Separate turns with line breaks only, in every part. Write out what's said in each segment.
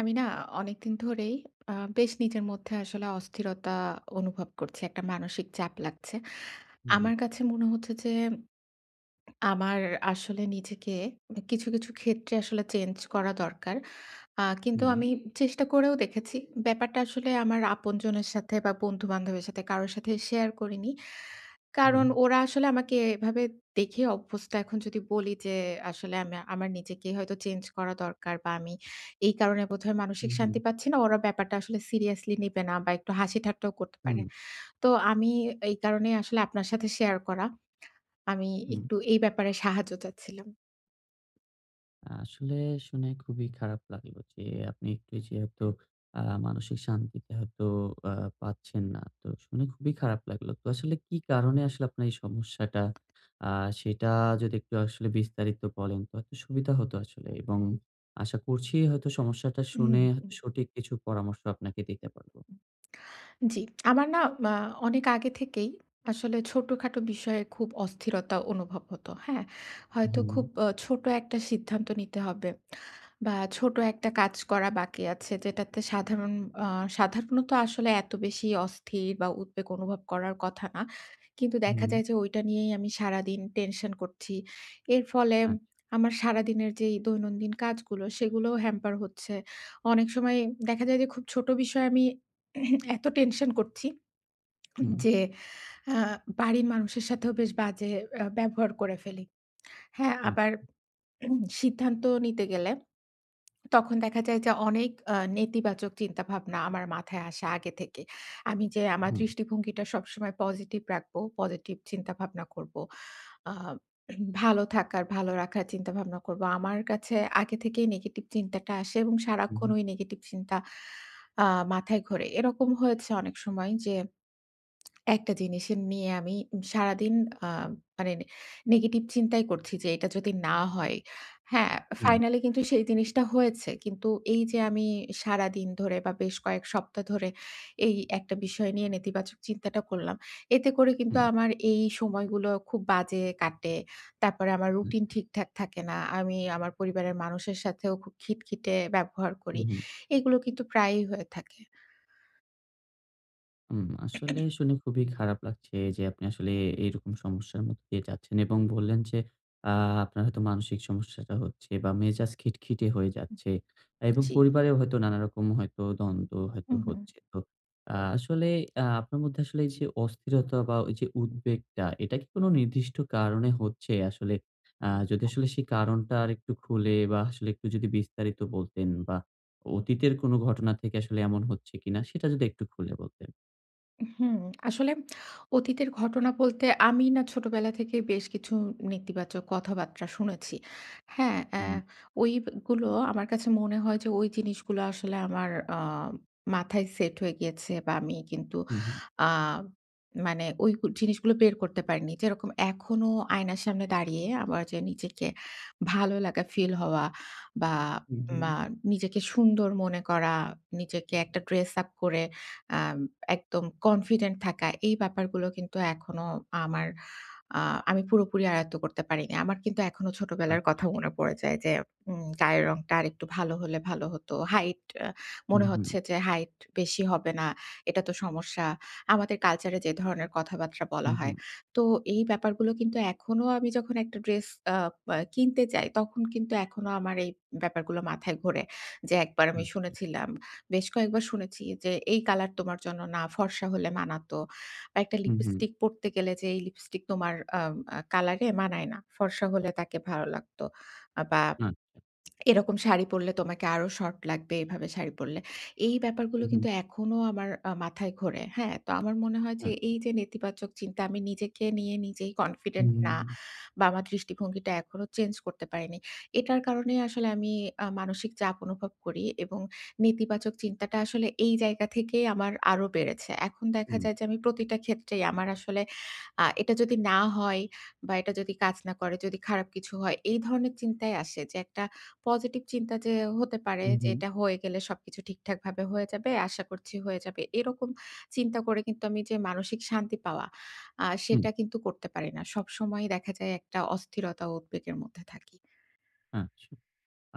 আমি না অনেকদিন ধরেই আ বেশ নিজের মধ্যে আসলে অস্থিরতা অনুভব করছি। একটা মানসিক চাপ লাগছে।
হুম,
আমার কাছে মনে হচ্ছে যে আমার আসলে নিজেকে কিছু, কিছু ক্ষেত্রে আসলে চেঞ্জ করা দরকার। কিন্তু
হুম,
আমি চেষ্টা করেও দেখেছি। ব্যাপারটা আসলে আমার আপনজনের সাথে বা বন্ধু-বান্ধবের সাথে কারো সাথে শেয়ার করিনি।
হুম,
কারণ ওরা আসলে আমাকে এভাবে দেখে অভ্যস্ত। এখন যদি বলি যে আসলে আমার নিজেকে হয়তো চেঞ্জ করা দরকার বা আমি এই কারণে বোধহয় মানসিক
হুম, হুম,
শান্তি পাচ্ছি না। ওরা ব্যাপারটা আসলে সিরিয়াসলি নিবে না বা একটু হাসি ঠাট্টাও করতে
হুম,
পারে। তো আমি এই কারণেই আসলে আপনার সাথে শেয়ার করা। আমি
হুম।
একটু এই ব্যাপারে সাহায্য চাচ্ছিলাম।
আসলে শুনে খুবই খারাপ লাগলো যে আপনি একটু যেহেতু মানসিক শান্তিতে হয়তো আ পাচ্ছেন না। তো শুনে খুবই খারাপ লাগলো। তো আসলে কি কারণে আসলে আপনার এই সমস্যাটা আ সেটা যদি একটু আসলে বিস্তারিত বলেন তো হয়তো সুবিধা হতো আসলে, এবং আশা করছি হয়তো সমস্যাটা
হুম,
শুনে হয়তো
হুম।
সঠিক কিছু পরামর্শ আপনাকে দিতে পারবো।
জি, আমার না আ অনেক আগে থেকেই আসলে ছোটখাটো বিষয়ে খুব অস্থিরতা অনুভব হতো। হ্যাঁ? হয়তো
হুম,
খুব ছোট একটা সিদ্ধান্ত নিতে হবে বা ছোট একটা কাজ করা বাকি আছে যেটাতে সাধারণ আ সাধারণত আসলে এত বেশি অস্থির বা উদ্বেগ অনুভব করার কথা না। কিন্তু দেখা
হুম,
যায় যে ওইটা নিয়েই আমি সারাদিন টেনশন করছি। এর ফলে
আচ্ছা,
আমার সারাদিনের যেই দৈনন্দিন কাজগুলো সেগুলোও হ্যাম্পার হচ্ছে। অনেক সময় দেখা যায় যে খুব ছোট বিষয়ে আমি এত টেনশন করছি
হুম,
যে আ বাড়ির মানুষের সাথেও বেশ বাজে ব্যবহার করে ফেলি। হ্যাঁ,
আচ্ছা,
আবার সিদ্ধান্ত নিতে গেলে তখন দেখা যায় যে অনেক নেতিবাচক চিন্তাভাবনা আমার মাথায় আসে আগে থেকে। আমি যে আমার
হুম,
দৃষ্টিভঙ্গিটা সবসময় পজিটিভ রাখবো, পজিটিভ চিন্তাভাবনা করবো। আ ভালো থাকার, ভালো রাখার চিন্তাভাবনা করবো। আমার কাছে আগে থেকেই নেগেটিভ চিন্তাটা আসে এবং
হুম,
সারাক্ষণ
হুম,
ওই নেগেটিভ চিন্তা আ মাথায় ঘোরে। এরকম হয়েছে অনেক সময় যে একটা জিনিস নিয়ে আমি সারাদিন আ মানে নেগেটিভ চিন্তাই করছি যে এটা যদি না হয়, হ্যাঁ,
হুম,
ফাইনালি কিন্তু সেই জিনিসটা হয়েছে। কিন্তু এই যে আমি সারাদিন ধরে বা বেশ কয়েক সপ্তাহ ধরে এই একটা বিষয় নিয়ে নেতিবাচক চিন্তাটা করলাম। এতে করে কিন্তু
হুম,
আমার এই সময়গুলো খুব বাজে কাটে। তারপরে আমার রুটিন ঠিকঠাক থাকে না। আমি আমার পরিবারের মানুষের সাথেও খুব খিটখিটে ব্যবহার
হুম,
করি।
হুম।
এগুলো কিন্তু প্রায়ই হয়ে থাকে।
হুম, আসলে শুনে খুবই খারাপ লাগছে যে আপনি আসলে এইরকম সমস্যার মধ্যে দিয়ে যাচ্ছেন, এবং বললেন যে আ আপনার হয়তো মানসিক সমস্যাটা হচ্ছে বা মেজাজ খিটখিটে হয়ে যাচ্ছে এবং
জি।
পরিবারেও হয়তো নানারকম হয়তো দ্বন্দ্ব হয়তো
উহু।
হচ্ছে। তো আ আসলে আ আপনার মধ্যে আসলে এই যে অস্থিরতা বা ওই যে উদ্বেগটা, এটা কি কোনো নির্দিষ্ট কারণে হচ্ছে আসলে? যদি আসলে সেই কারণটা আরেকটু খুলে বা আসলে একটু যদি বিস্তারিত বলতেন, বা অতীতের কোনো ঘটনা থেকে আসলে এমন হচ্ছে কিনা সেটা যদি একটু খুলে বলতেন।
হুম, আসলে অতীতের ঘটনা বলতে আমি না ছোটবেলা থেকে বেশ কিছু নেতিবাচক কথাবার্তা শুনেছি। হ্যাঁ,
হুম,
ওইগুলো আমার কাছে মনে হয় যে ওই জিনিসগুলো আসলে আমার আ মাথায় সেট হয়ে গিয়েছে বা আমি কিন্তু
হুম, হুম,
আ মানে ওই জিনিসগুলো বের করতে পারিনি। যেরকম এখনো আয়নার সামনে দাঁড়িয়ে আমার যে নিজেকে ভালো লাগা ফিল হওয়া বা
হুম, হুম,
মা নিজেকে সুন্দর মনে করা, নিজেকে একটা ড্রেস আপ করে আম একদম কনফিডেন্ট থাকা এই ব্যাপারগুলো কিন্তু এখনো আমার আ আমি পুরোপুরি আয়ত্ত করতে পারিনি। আমার কিন্তু এখনো ছোটবেলার
আচ্ছা।
কথা মনে পড়ে যায় যে গায়ের রংটা আরেকটু ভালো হলে ভালো হতো। হাইট
হুম,
মনে
হুম,
হচ্ছে যে হাইট বেশি হবে না। এটা তো সমস্যা। আমাদের কালচারে যে ধরনের কথাবার্তা বলা
হুম,
হয়।
হুম,
তো এই ব্যাপারগুলো কিন্তু এখনো আমি যখন একটা ড্রেস আ আ কিনতে যাই তখন কিন্তু এখনো আমার এই ব্যাপারগুলো মাথায় ঘোরে। যে একবার আমি
আচ্ছা।
শুনেছিলাম বেশ কয়েকবার শুনেছি যে, "এই কালার তোমার জন্য না, ফর্সা হলে মানাতো।" বা একটা
হুম, হুম,
লিপস্টিক পড়তে গেলে যে, "এই লিপস্টিক তোমার আম আ কালারে মানায় না। ফর্সা হলে তাকে ভালো লাগতো।" বা
আ
এরকম শাড়ি পরলে তোমাকে আরো শর্ট লাগবে, এভাবে শাড়ি পরলে। এই ব্যাপারগুলো
হুম, হুম,
কিন্তু এখনো আমার মাথায় ঘোরে। হ্যাঁ? তো আমার মনে হয় যে
আচ্ছা।
এই যে নেতিবাচক চিন্তা আমি নিজেকে নিয়ে নিজেই
হুম,
কনফিডেন্ট না
হুম,
বা আমার দৃষ্টিভঙ্গিটা এখনো চেঞ্জ করতে পারিনি। এটার কারণেই আসলে আমি মানসিক চাপ অনুভব করি এবং নেতিবাচক চিন্তাটা আসলে এই জায়গা থেকেই আমার আরো বেড়েছে। এখন দেখা
হুম,
যায় যে আমি প্রতিটা ক্ষেত্রেই আমার আসলে এটা যদি না হয় বা এটা যদি কাজ না করে, যদি খারাপ কিছু হয়, এই ধরনের চিন্তাই আসে যে একটা পজিটিভ চিন্তা যে হতে পারে যে
হুম,
এটা হয়ে গেলে সবকিছু ঠিকঠাকভাবে হয়ে যাবে। আশা করছি হয়ে যাবে। এরকম চিন্তা করে কিন্তু আমি যে মানসিক শান্তি পাওয়া
হুম,
সেটা কিন্তু করতে পারি না। সবসময়ই দেখা যায় একটা অস্থিরতা ও উদ্বেগের মধ্যে থাকি।
আচ্ছা।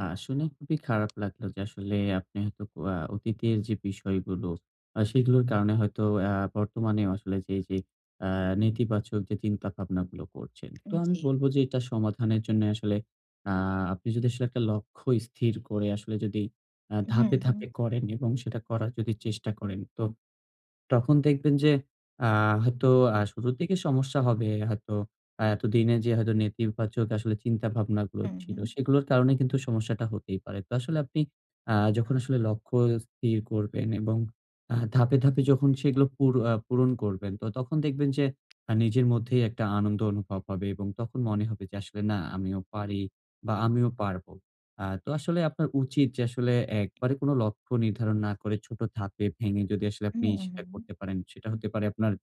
শুনে খুবই খারাপ লাগলো যে আসলে আপনি হয়তো ক আ অতীতের যে বিষয়গুলো সেগুলোর কারণে হয়তো বর্তমানেও আসলে যে আ নেতিবাচক যে চিন্তা ভাবনাগুলো করছেন। তো
উম
আমি
জি।
বলব যে এটা সমাধানের জন্য আসলে আ আপনি যদি আসলে একটা লক্ষ্য স্থির করে আসলে, যদি
হুম,
ধাপে,
হুম,
ধাপে করেন এবং সেটা করার যদি চেষ্টা করেন, তো তখন দেখবেন যে আ হয়তো শুরুর দিকে সমস্যা হবে। হয়তো এতদিনে যে হয়তো নেতিবাচক আসলে চিন্তা ভাবনাগুলো
হুম,
ছিল,
হুম,
সেগুলোর কারণে কিন্তু সমস্যাটা হতেই পারে। তো আসলে আপনি যখন আসলে লক্ষ্য স্থির করবেন এবং ধাপে, ধাপে যখন সেগুলো পুর আ পূরণ করবেন, তো তখন দেখবেন যে নিজের মধ্যেই একটা আনন্দ অনুভব হবে এবং তখন মনে হবে যে আসলে না, আমিও পারি বা আমিও পারব। তো আসলে আপনার উচিত যে আসলে একবারে কোনো লক্ষ্য নির্ধারণ না করে ছোট ধাপে ভেঙে যদি আসলে
হুম,
আপনি
হুম,
সেটা
হুম।
করতে পারেন, সেটা হতে পারে আপনার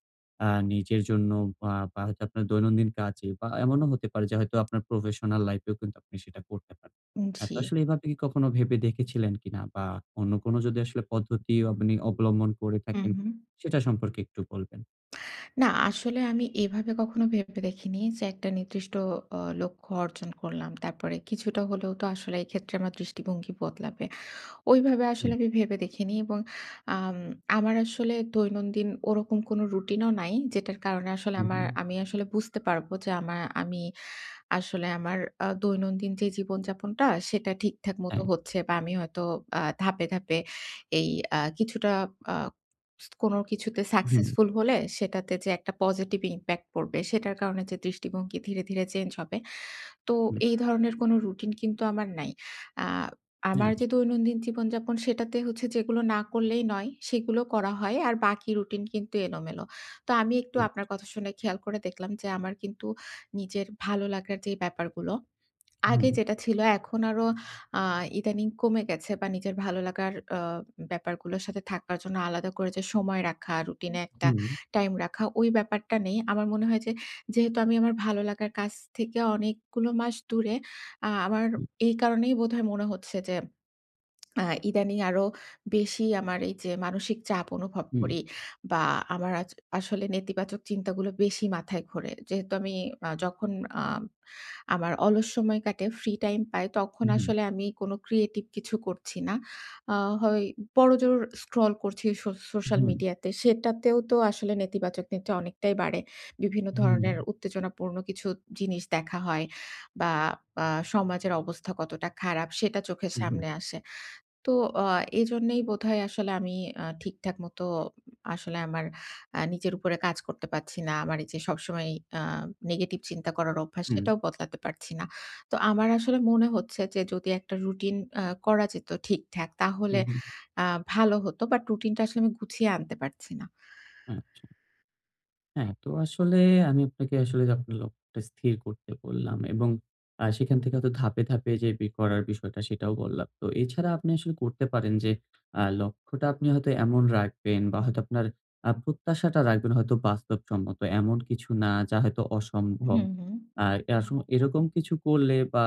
নিজের জন্য, বা হয়তো আপনার দৈনন্দিন কাজে, বা এমনও হতে পারে যে হয়তো আপনার প্রফেশনাল লাইফ এও কিন্তু আপনি সেটা করতে পারেন। তো
জি।
আসলে এভাবে কি কখনো ভেবে দেখেছিলেন কিনা? বা অন্য কোনো যদি আসলে পদ্ধতি আপনি অবলম্বন করে
হুম,
থাকেন,
হুম।
সেটা সম্পর্কে একটু বলবেন?
না আসলে আমি এভাবে কখনো ভেবে দেখিনি যে একটা নির্দিষ্ট লক্ষ্য অর্জন করলাম। তারপরে কিছুটা হলেও তো আসলে এক্ষেত্রে আমার দৃষ্টিভঙ্গি বদলাবে। ওইভাবে
হুম।
আসলে আমি ভেবে দেখিনি এবং আম আমার আসলে দৈনন্দিন ওরকম কোনো রুটিনও নাই। যেটার কারণে আসলে
হুম,
আমার
হুম,
আমি আসলে বুঝতে পারবো যে আমি আসলে আমার দৈনন্দিন যে জীবনযাপনটা সেটা ঠিকঠাক মতো
হ্যাঁ,
হচ্ছে বা আমি হয়তো ধাপে, ধাপে এই আ কিছুটা আ কোনো কিছুতে
হুম,
সাকসেসফুল হলে সেটাতে যে একটা পজিটিভ ইমপ্যাক্ট পড়বে সেটার কারণে যে দৃষ্টিভঙ্গি ধীরে, ধীরে চেঞ্জ হবে, তো
হুম,
এই ধরনের কোনো রুটিন কিন্তু আমার নাই। আ আমার যে
আচ্ছা,
দৈনন্দিন জীবনযাপন সেটাতে হচ্ছে যেগুলো না করলেই নয়, সেগুলো করা হয়। আর বাকি রুটিন কিন্তু এলোমেলো। তো আমি একটু
হুম,
আপনার কথা শুনে খেয়াল করে দেখলাম যে, আমার কিন্তু নিজের ভালো লাগার যে ব্যাপারগুলো
হুম,
আগে যেটা ছিল এখন আরো আ ইদানিং কমে গেছে বা নিজের ভালো লাগার ব্যাপারগুলোর সাথে থাকার জন্য আলাদা করে যে সময় রাখা, রুটিনে একটা
হুম,
টাইম রাখা, ওই ব্যাপারটা নেই। আমার মনে হয় যে, যেহেতু আমি আমার ভালো লাগার কাজ থেকে অনেকগুলো মাস দূরে, আ আমার
হুম,
এই কারণেই বোধহয় মনে হচ্ছে যে আ ইদানিং আরো বেশি আমার এই যে মানসিক চাপ অনুভব করি বা আমার আচ আসলে নেতিবাচক চিন্তাগুলো বেশি মাথায় ঘোরে। যেহেতু আমি আ যখন আ আমার অলস সময় কাটে, ফ্রি টাইম পাই, তখন
হুম,
আসলে আমি কোনো ক্রিয়েটিভ কিছু করছি না। আ হয় বড়জোর স্ক্রল করছি সোশ্যাল
হুম,
মিডিয়াতে। সেটাতেও তো আসলে নেতিবাচক চিন্তা অনেকটাই বাড়ে। বিভিন্ন
হুম।
ধরনের উত্তেজনাপূর্ণ কিছু জিনিস দেখা হয় বা আ সমাজের অবস্থা কতটা খারাপ সেটা চোখের
হুম, হুম,
সামনে আসে। তো আ এজন্যই বোধহয় আসলে আমি ঠিকঠাক মতো আসলে আমার নিজের উপরে কাজ করতে পারছি না। আমার এই যে সবসময় আ নেগেটিভ চিন্তা করার অভ্যাস,
হুম,
সেটাও বদলাতে পারছি না। তো আমার আসলে মনে হচ্ছে যে যদি একটা রুটিন করা যেত ঠিকঠাক, তাহলে
হুম, হুম,
আ ভালো হতো। বাট রুটিনটা আসলে আমি গুছিয়ে আনতে পারছি না।
আচ্ছা। হ্যাঁ, তো আসলে আমি আপনাকে আসলে যে আপনার লক্ষ্যটা স্থির করতে বললাম, এবং সেখান থেকে হয়তো ধাপে, ধাপে যে করার বিষয়টা সেটাও বললাম। তো এছাড়া আপনি আসলে করতে পারেন যে লক্ষ্যটা আপনি হয়তো এমন রাখবেন বা হয়তো আপনার প্রত্যাশাটা রাখবেন হয়তো বাস্তবসম্মত। এমন কিছু না যা হয়তো অসম্ভব।
হুম, হুম।
আ এরসম এরকম কিছু করলে বা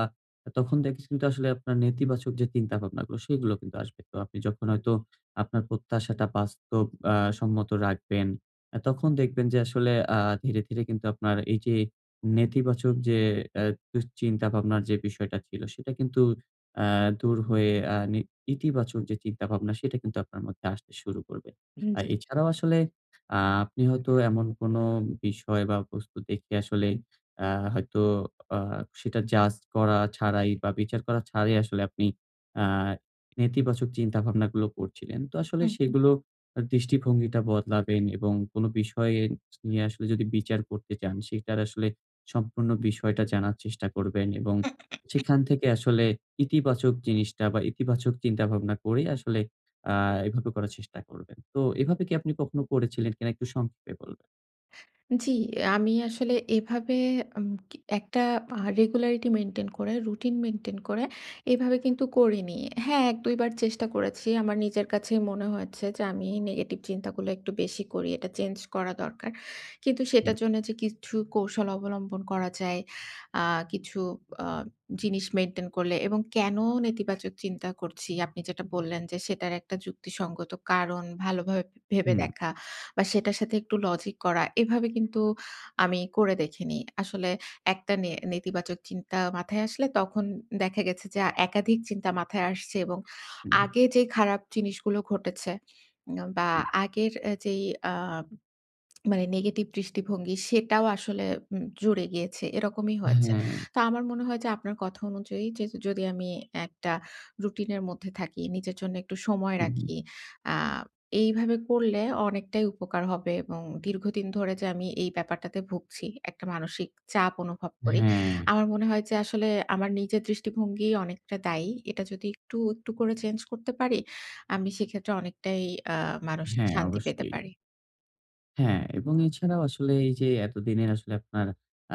তখন দেখেছি কিন্তু আসলে আপনার নেতিবাচক যে চিন্তাভাবনাগুলো সেগুলো কিন্তু আসবে। তো আপনি যখন হয়তো আপনার প্রত্যাশাটা বাস্তব আ সম্মত রাখবেন, তখন দেখবেন যে আসলে ধীরে, ধীরে কিন্তু আপনার এই যে নেতিবাচক যে অ্যা দুশ্চিন্তা ভাবনার যে বিষয়টা ছিল সেটা কিন্তু আ দূর হয়ে আ নি ইতিবাচক যে চিন্তা ভাবনা সেটা কিন্তু আপনার মধ্যে আসতে শুরু করবে।
উম
আর
জি।
এছাড়াও আসলে আপনি হয়তো এমন কোনো বিষয় বা বস্তু দেখে আসলে আ হয়তো আ সেটা জাজ করা ছাড়াই বা বিচার করা ছাড়াই আসলে আপনি আ নেতিবাচক চিন্তা ভাবনাগুলো করছিলেন। তো আসলে
হুম।
সেগুলো দৃষ্টিভঙ্গিটা বদলাবেন এবং কোনো বিষয়ে নিয়ে আসলে যদি বিচার করতে চান, সেটার আসলে সম্পূর্ণ বিষয়টা জানার চেষ্টা করবেন এবং সেখান থেকে আসলে ইতিবাচক জিনিসটা বা ইতিবাচক চিন্তাভাবনা করে আসলে আ এভাবে করার চেষ্টা করবেন। তো এভাবে কি আপনি কখনো করেছিলেন কিনা একটু সংক্ষেপে বলবেন?
জি, আমি আসলে এভাবে উম কি একটা রেগুলারিটি মেইনটেইন করে, রুটিন মেইনটেইন করে এভাবে কিন্তু করিনি। হ্যাঁ, ১-২ বার চেষ্টা করেছি। আমার নিজের কাছেই মনে হয়েছে যে আমি নেগেটিভ চিন্তাগুলো একটু বেশি করি। এটা চেঞ্জ করা দরকার। কিন্তু
হুম,
সেটার জন্য যে কিছু কৌশল অবলম্বন করা যায়, আ কিছু আ জিনিস মেইনটেইন করলে এবং কেন নেতিবাচক চিন্তা করছি আপনি যেটা বললেন যে সেটার একটা যুক্তিসঙ্গত কারণ ভালোভাবে ভেবে
হুম,
দেখা। বা সেটার সাথে একটু লজিক করা। এভাবে কিন্তু আমি করে দেখিনি। আসলে একটা নেতিবাচক চিন্তা মাথায় আসলে তখন দেখা গেছে যে একাধিক চিন্তা মাথায় আসছে এবং
হুম,
আগে যে খারাপ জিনিসগুলো ঘটেছে বা
হুম।
আগের এ যেই আ মানে নেগেটিভ দৃষ্টিভঙ্গি সেটাও আসলে জুড়ে গিয়েছে। এরকমই হয়েছে।
হ্যাঁ,
তো আমার মনে হয় যে আপনার কথা অনুযায়ী যে যদি আমি একটা রুটিনের মধ্যে থাকি, নিজের জন্য একটু সময়
হুম, হুম।
রাখি। আ এইভাবে করলে অনেকটাই উপকার হবে এবং দীর্ঘদিন ধরে যে আমি এই ব্যাপারটাতে ভুগছি, একটা মানসিক চাপ অনুভব করি।
হ্যাঁ,
আমার মনে হয় যে আসলে আমার নিজের দৃষ্টিভঙ্গি অনেকটা দায়ী। এটা যদি একটু, একটু করে চেঞ্জ করতে পারি, আমি সেক্ষেত্রে অনেকটাই আ মানসিক
হ্যাঁ,
শান্তি পেতে
অবশ্যই।
পারি।
হ্যাঁ, এবং এছাড়াও আসলে এই যে এতদিনের আসলে আপনার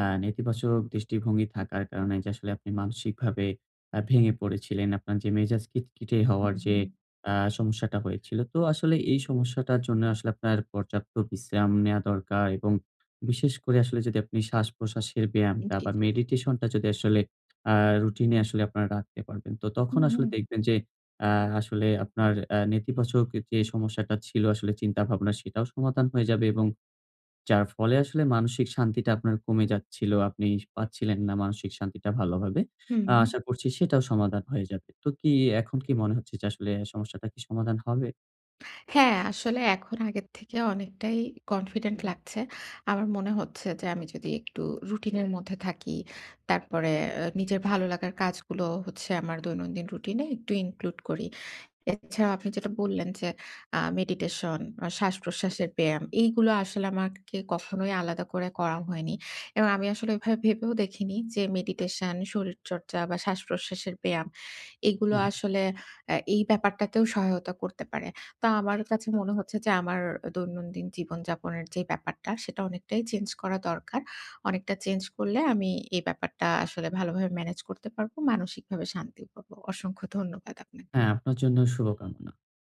নেতিবাচক দৃষ্টিভঙ্গি থাকার কারণে যে আসলে আপনি মানসিকভাবে ভেঙে পড়েছিলেন। আপনার যে মেজাজ খিটখিটে হওয়ার
হুম,
যে
হুম।
আ সমস্যাটা হয়েছিল। তো আসলে এই সমস্যাটার জন্য আসলে আপনার পর্যাপ্ত বিশ্রাম নেয়া দরকার, এবং বিশেষ করে আসলে যদি আপনি শ্বাস-প্রশ্বাসের ব্যায়ামটা
জি,
বা
জি।
মেডিটেশনটা যদি আসলে আ রুটিনে আসলে আপনারা রাখতে পারবেন। তো তখন
হুম,
আসলে
হুম,
দেখবেন যে আ আসলে আপনার নেতিবাচক যে সমস্যাটা ছিল আসলে চিন্তাভাবনা, সেটাও সমাধান হয়ে যাবে এবং যার ফলে আসলে মানসিক শান্তিটা আপনার কমে যাচ্ছিল, আপনি পাচ্ছিলেন না মানসিক শান্তিটা ভালোভাবে।
হুম।
আশা করছি সেটাও সমাধান হয়ে যাবে। তো কি এখন কি মনে হচ্ছে যে আসলে সমস্যাটা কি সমাধান হবে?
হ্যাঁ, আসলে এখন আগের থেকে অনেকটাই কনফিডেন্ট লাগছে। আমার মনে হচ্ছে যে আমি যদি একটু রুটিনের মধ্যে থাকি, তারপরে নিজের ভালো লাগার কাজগুলো হচ্ছে আমার দৈনন্দিন রুটিনে একটু ইনক্লুড করি। এছাড়াও আপনি যেটা বললেন যে, মেডিটেশন, শ্বাস-প্রশ্বাসের ব্যায়াম এইগুলো আসলে আমাকে কখনোই আলাদা করে করা হয়নি। এবং আমি আসলে এভাবে ভেবেও দেখিনি যে মেডিটেশন, শরীরচর্চা বা শ্বাস-প্রশ্বাসের ব্যায়াম এগুলো
হুম।
আসলে এই ব্যাপারটাতেও সহায়তা করতে পারে। তো আমার কাছে মনে হচ্ছে যে আমার দৈনন্দিন জীবনযাপনের যে ব্যাপারটা সেটা অনেকটাই চেঞ্জ করা দরকার। অনেকটা চেঞ্জ করলে আমি এই ব্যাপারটা আসলে ভালোভাবে ম্যানেজ করতে পারবো। মানসিকভাবে শান্তিও পাবো। অসংখ্য ধন্যবাদ আপনাকে।
হ্যাঁ, আপনার জন্য শুভকামনা।